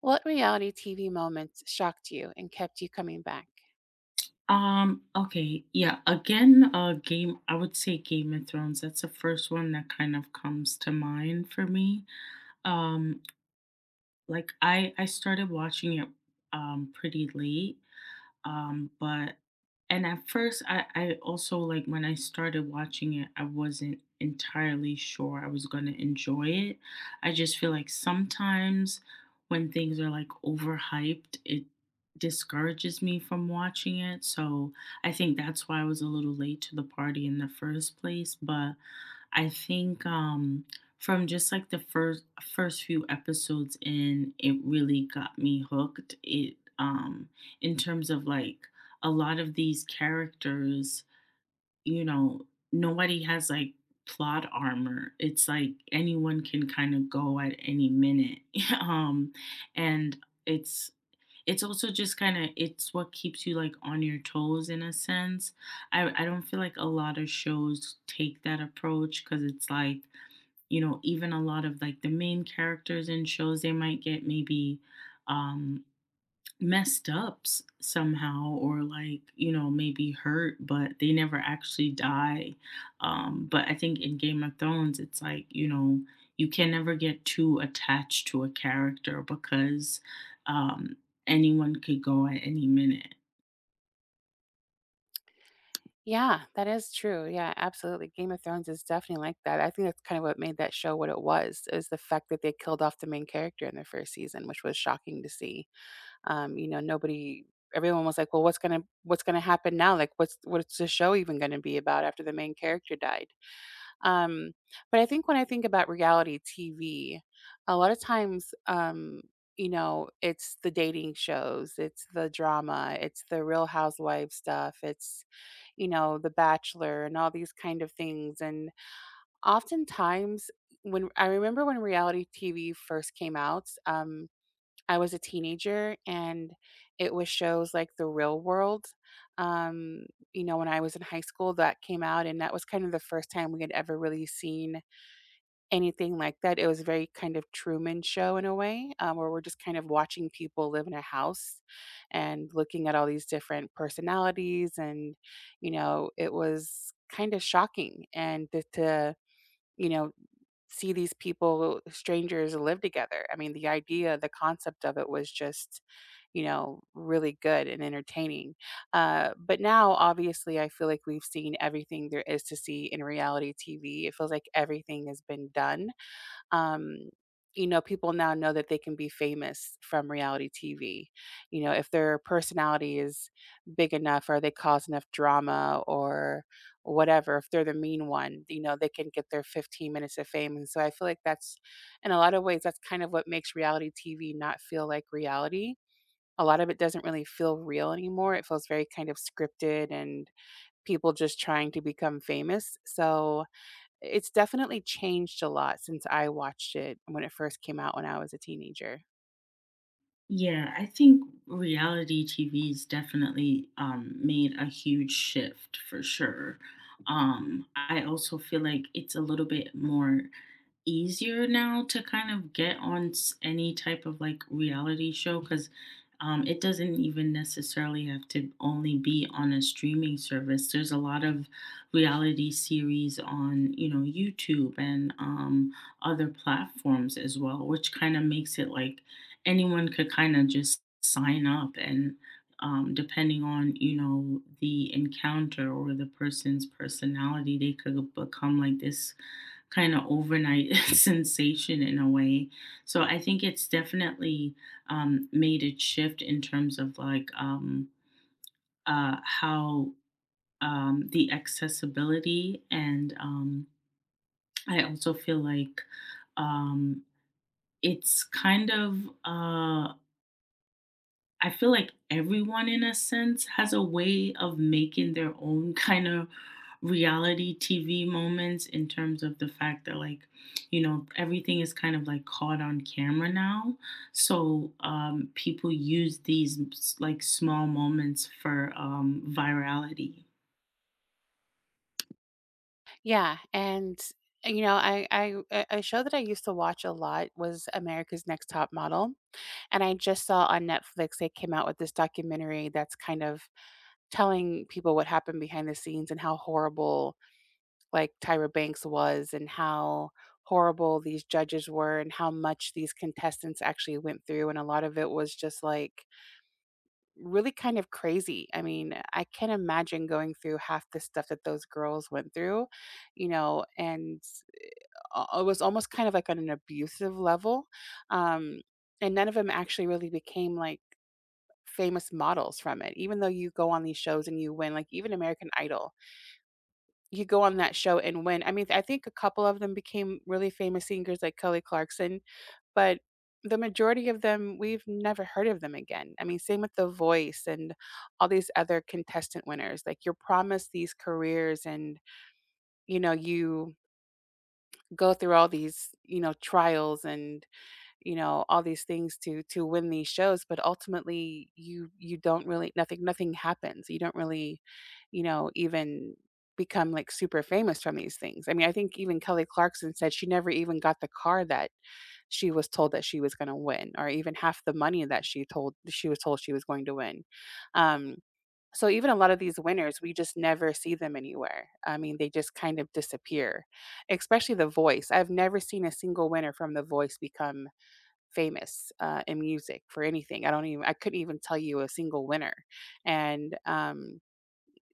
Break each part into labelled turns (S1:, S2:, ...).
S1: What reality TV moments shocked you and kept you coming back?
S2: Okay, yeah, again, game I would say Game of Thrones. That's the first one that kind of comes to mind for me. Um, I started watching it pretty late. But and At first, I also, like, when I started watching it, I wasn't entirely sure I was gonna enjoy it. I just feel like sometimes when things are like overhyped, it discourages me from watching it. So I think that's why I was a little late to the party in the first place. But I think from just like the first few episodes in, it really got me hooked. It In terms of like a lot of these characters, you know, nobody has like plot armor. It's like anyone can kind of go at any minute. um and it's it's also just kind of it's what keeps you like on your toes in a sense. I don't feel like a lot of shows take that approach, because it's like, you know, even a lot of like the main characters in shows, they might get maybe um messed up somehow, or, like, you know, maybe hurt, but they never actually die. But I think in Game of Thrones, it's like, you know, you can never get too attached to a character because um anyone could go at any minute.
S1: Yeah, that is true. Yeah, absolutely. Game of Thrones is definitely like that. I think that's kind of what made that show what it was, is the fact that they killed off the main character in the first season, which was shocking to see. You know, nobody everyone was like, well, what's gonna happen now? Like what's the show even gonna be about after the main character died? Um, but I think when I think about reality TV, a lot of times, you know, it's the dating shows, it's the drama, it's the Real Housewives stuff, it's, you know, The Bachelor and all these kind of things. And oftentimes, when I remember when reality TV first came out, I was a teenager and it was shows like The Real World. Um, you know, when I was in high school, that came out, and that was kind of the first time we had ever really seen anything like that. It was very kind of Truman Show in a way, where we're just kind of watching people live in a house and looking at all these different personalities. And, you know, it was kind of shocking and you know, see these people, strangers, live together. I mean, the idea, the concept of it was just, you know, really good and entertaining. But now, obviously, I feel like we've seen everything there is to see in reality TV. It feels like everything has been done um, you know, people now know that they can be famous from reality TV. You know, if their personality is big enough or they cause enough drama or whatever, if they're the mean one, you know, they can get their 15 minutes of fame. And so I feel like that's, in a lot of ways, that's kind of what makes reality TV not feel like reality. A lot of it doesn't really feel real anymore. It feels very kind of scripted and people just trying to become famous. So it's definitely changed a lot since I watched it when it first came out when I was a teenager.
S2: Yeah, I think reality TV's definitely made a huge shift for sure. I also feel like it's a little bit more easier now to kind of get on any type of like reality show, because it doesn't even necessarily have to only be on a streaming service. There's a lot of reality series on, you know, YouTube and other platforms as well, which kind of makes it like anyone could kind of just sign up and, depending on, you know, the encounter or the person's personality, they could become like this kind of overnight sensation in a way. So I think it's definitely made a shift in terms of like, how, the accessibility, and I also feel like, um, it's kind of I feel like everyone, in a sense, has a way of making their own kind of reality TV moments, in terms of the fact that, like, you know, everything is kind of like caught on camera now. So people use these like small moments for virality.
S1: Yeah, and, you know, I a show that I used to watch a lot was America's Next Top Model, and I just saw on Netflix they came out with this documentary that's kind of telling people what happened behind the scenes and how horrible, like, Tyra Banks was and how horrible these judges were and how much these contestants actually went through, and a lot of it was just like really kind of crazy. I mean, I can't imagine going through half the stuff that those girls went through, you know, and it was almost kind of like on an abusive level. Um, and none of them actually really became like famous models from it, even though you go on these shows and you win, like even American Idol, you go on that show and win. I mean, I think a couple of them became really famous singers like Kelly Clarkson, but the majority of them, we've never heard of them again. I mean, same with The Voice and all these other contestant winners. Like you're promised these careers and, you know, you go through all these, you know, trials and, you know, all these things to win these shows, but ultimately you don't really nothing happens. You don't really, you know, even become like super famous from these things. I mean, I think even Kelly Clarkson said she never even got the car that she was told that she was going to win or even half the money that she told she was going to win, um so even a lot of these winners we just never see them anywhere. I mean they just kind of disappear. Especially The Voice, I've never seen a single winner from The Voice become famous, in music for anything. I don't even, I couldn't even tell you a single winner. And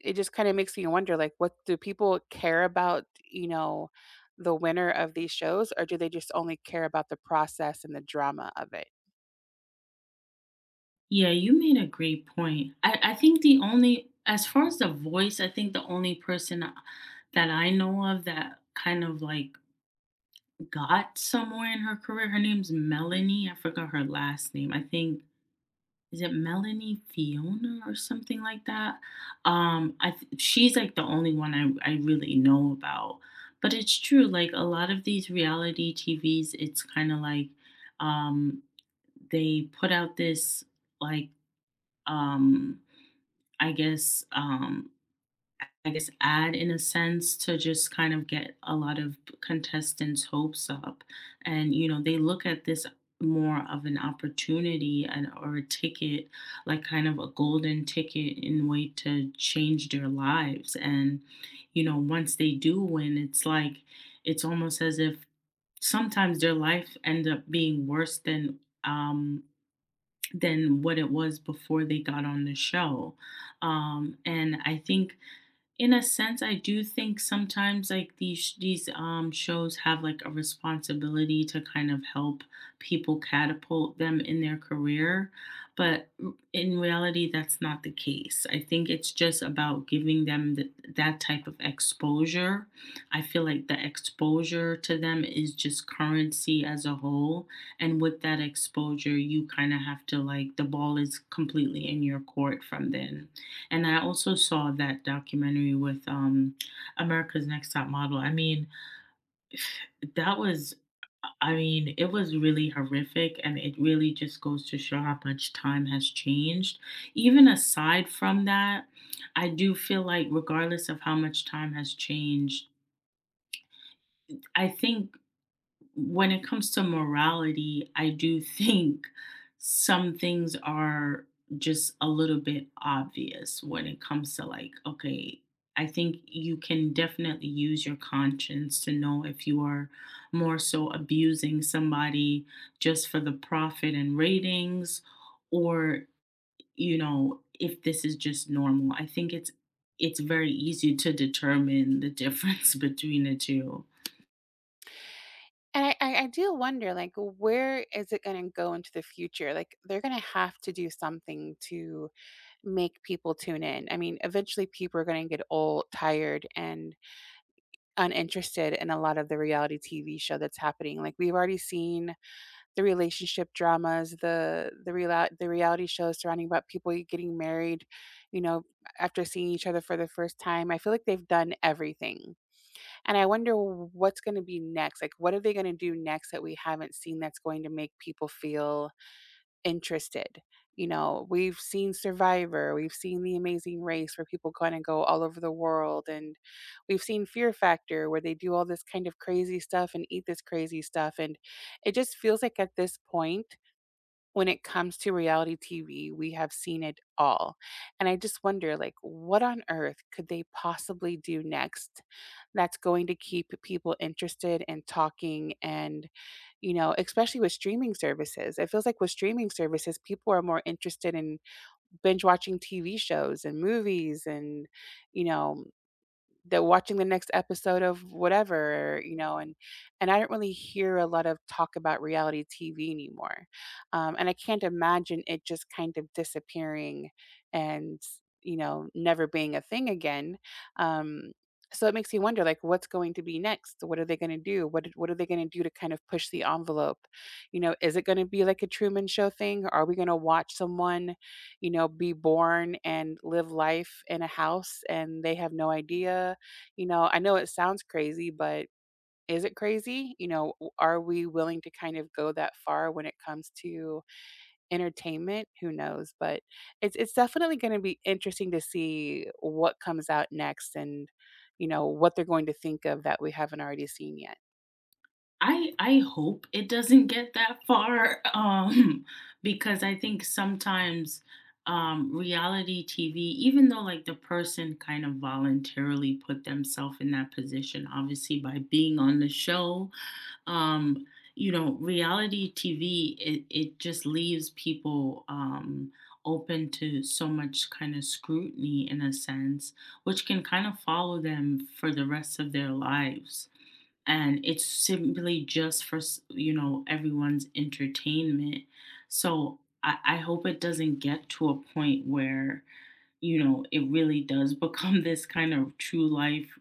S1: it just kinda makes me wonder, like, what do people care about, you know, the winner of these shows, or do they just only care about the process and the drama of it?
S2: Yeah, you made a great point. I think the only, as far as The Voice, I think the only person that I know of that kind of like got somewhere in her career. Her name's Melanie. I forgot her last name. I think is it Melanie Fiona or something like that. She's like the only one I really know about. But it's true. Like, a lot of these reality TVs, it's kind of like, um, they put out this like, um, I guess um, I guess, ad in a sense, to just kind of get a lot of contestants' hopes up. And, you know, they look at this more of an opportunity, and or a ticket, like kind of a golden ticket in way, to change their lives. And, you know, once they do win, it's like, it's almost as if sometimes their life end up being worse than what it was before they got on the show. And I think in a sense, I do think sometimes like these shows have like a responsibility to kind of help people catapult them in their career, but in reality, that's not the case. I think it's just about giving them that type of exposure. I feel like the exposure to them is just currency as a whole, and with that exposure, you kind of have to, like, the ball is completely in your court from then. And I also saw that documentary with America's Next Top Model. I mean, that was, I mean, it was really horrific, and it really just goes to show how much time has changed. Even aside from that, I do feel like regardless of how much time has changed, I think, when it comes to morality, I do think some things are just a little bit obvious when it comes to like, okay, I think you can definitely use your conscience to know if you are more so abusing somebody just for the profit and ratings, or, you know, if this is just normal. I think it's very easy to determine the difference between the two.
S1: And I do wonder, like, where is it gonna go into the future? Like, they're gonna have to do something to make people tune in. I mean, eventually people are gonna get old, tired, and uninterested in a lot of the reality TV show that's happening. Like, we've already seen the relationship dramas, the reality shows surrounding about people getting married, you know, after seeing each other for the first time. I feel like they've done everything, and I wonder what's gonna be next, like, what are they gonna do next that we haven't seen that's going to make people feel interested? You know, we've seen Survivor, we've seen The Amazing Race where people kinda go all over the world, and we've seen Fear Factor where they do all this kind of crazy stuff and eat this crazy stuff, and it just feels like at this point when it comes to reality TV, we have seen it all. And I just wonder, like, what on earth could they possibly do next that's going to keep people interested and talking? And, you know, especially with streaming services, it feels like with streaming services, people are more interested in binge watching TV shows and movies and, you know, they watching the next episode of whatever, you know, and I don't really hear a lot of talk about reality TV anymore. And I can't imagine it just kind of disappearing and, you know, never being a thing again. Um, so it makes you wonder like what's going to be next, what are they going to do to kind of push the envelope? You know, is it going to be like a Truman Show thing? Are we going to watch someone, you know, be born and live life in a house and they have no idea? You know, I know it sounds crazy, but is it crazy? You know, are we willing to kind of go that far when it comes to entertainment? Who knows? But it's definitely going to be interesting to see what comes out next and you know what they're going to think of that we haven't already seen yet.
S2: I hope it doesn't get that far, because I think sometimes reality TV, even though like the person kind of voluntarily put themselves in that position, obviously by being on the show, um, you know, reality TV, it just leaves people open to so much kind of scrutiny in a sense, which can kind of follow them for the rest of their lives, and it's simply just for you know, everyone's entertainment. So I hope it doesn't get to a point where, you know, it really does become this kind of true life,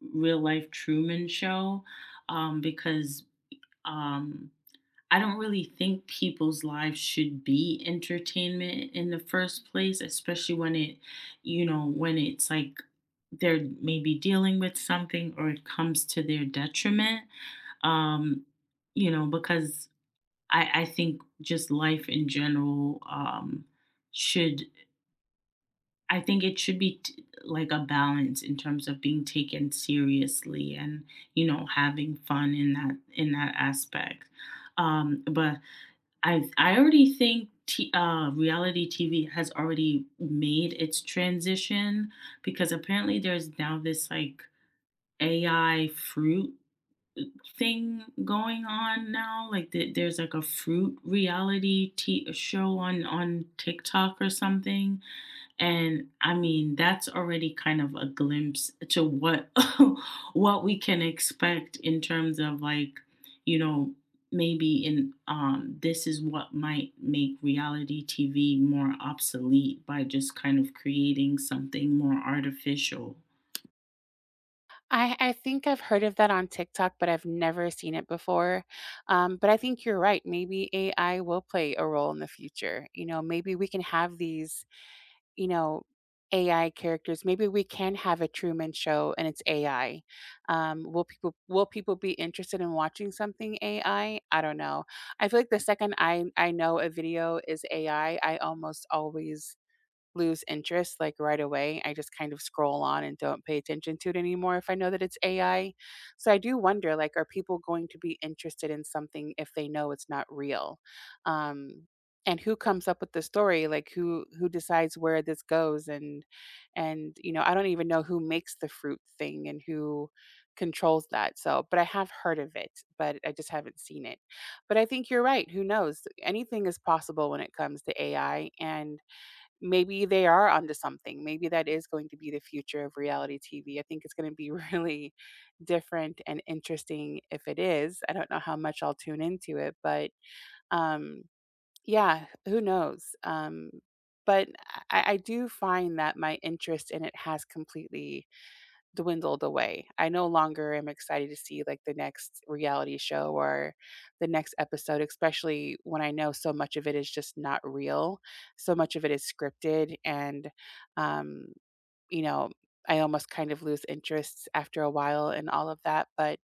S2: real life Truman Show. Because um I don't really think people's lives should be entertainment in the first place, especially when it, you know, when it's like they're maybe dealing with something, or it comes to their detriment. Um, you know, because I think just life in general, should, I think it should be like a balance in terms of being taken seriously, and, you know, having fun in that aspect. But I already think reality TV has already made its transition, because apparently there's now this like AI fruit thing going on now. Like the, there's like a fruit reality show on TikTok or something, and I mean, that's already kind of a glimpse to what what we can expect in terms of like, you know, maybe in this is what might make reality TV more obsolete, by just kind of creating something more artificial.
S1: I think I've heard of that on TikTok, but I've never seen it before. But I think you're right. Maybe AI will play a role in the future. You know, maybe we can have these, you know, AI characters. Maybe we can have a Truman show and it's AI. Will people will people be interested in watching something AI? I don't know. I feel like the second I know a video is AI, I almost always lose interest like right away. I just kind of scroll on and don't pay attention to it anymore if I know that it's AI. So I do wonder like are people going to be interested in something if they know it's not real? Um and who comes up with the story like who decides where this goes? And you know I don't even know who makes the fruit thing and who controls that. So but I have heard of it, but I just haven't seen it. But I think you're right, who knows, anything is possible when it comes to AI. And maybe they are onto something. Maybe that is going to be the future of reality TV. I think it's going to be really different and interesting if it is. I don't know how much I'll tune into it, but um, yeah, who knows? But I do find that my interest in it has completely dwindled away. I no longer am excited to see like the next reality show or the next episode, especially when I know so much of it is just not real. So much of it is scripted. And, um, you know, I almost kind of lose interest after a while in all of that. But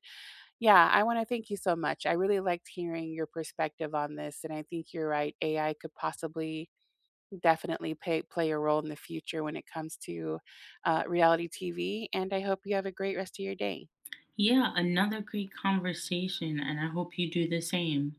S1: yeah, I want to thank you so much. I really liked hearing your perspective on this. And I think you're right. AI could possibly definitely pay play a role in the future when it comes to, reality TV, and I hope you have a great rest of your day.
S2: Yeah, another great conversation and I hope you do the same.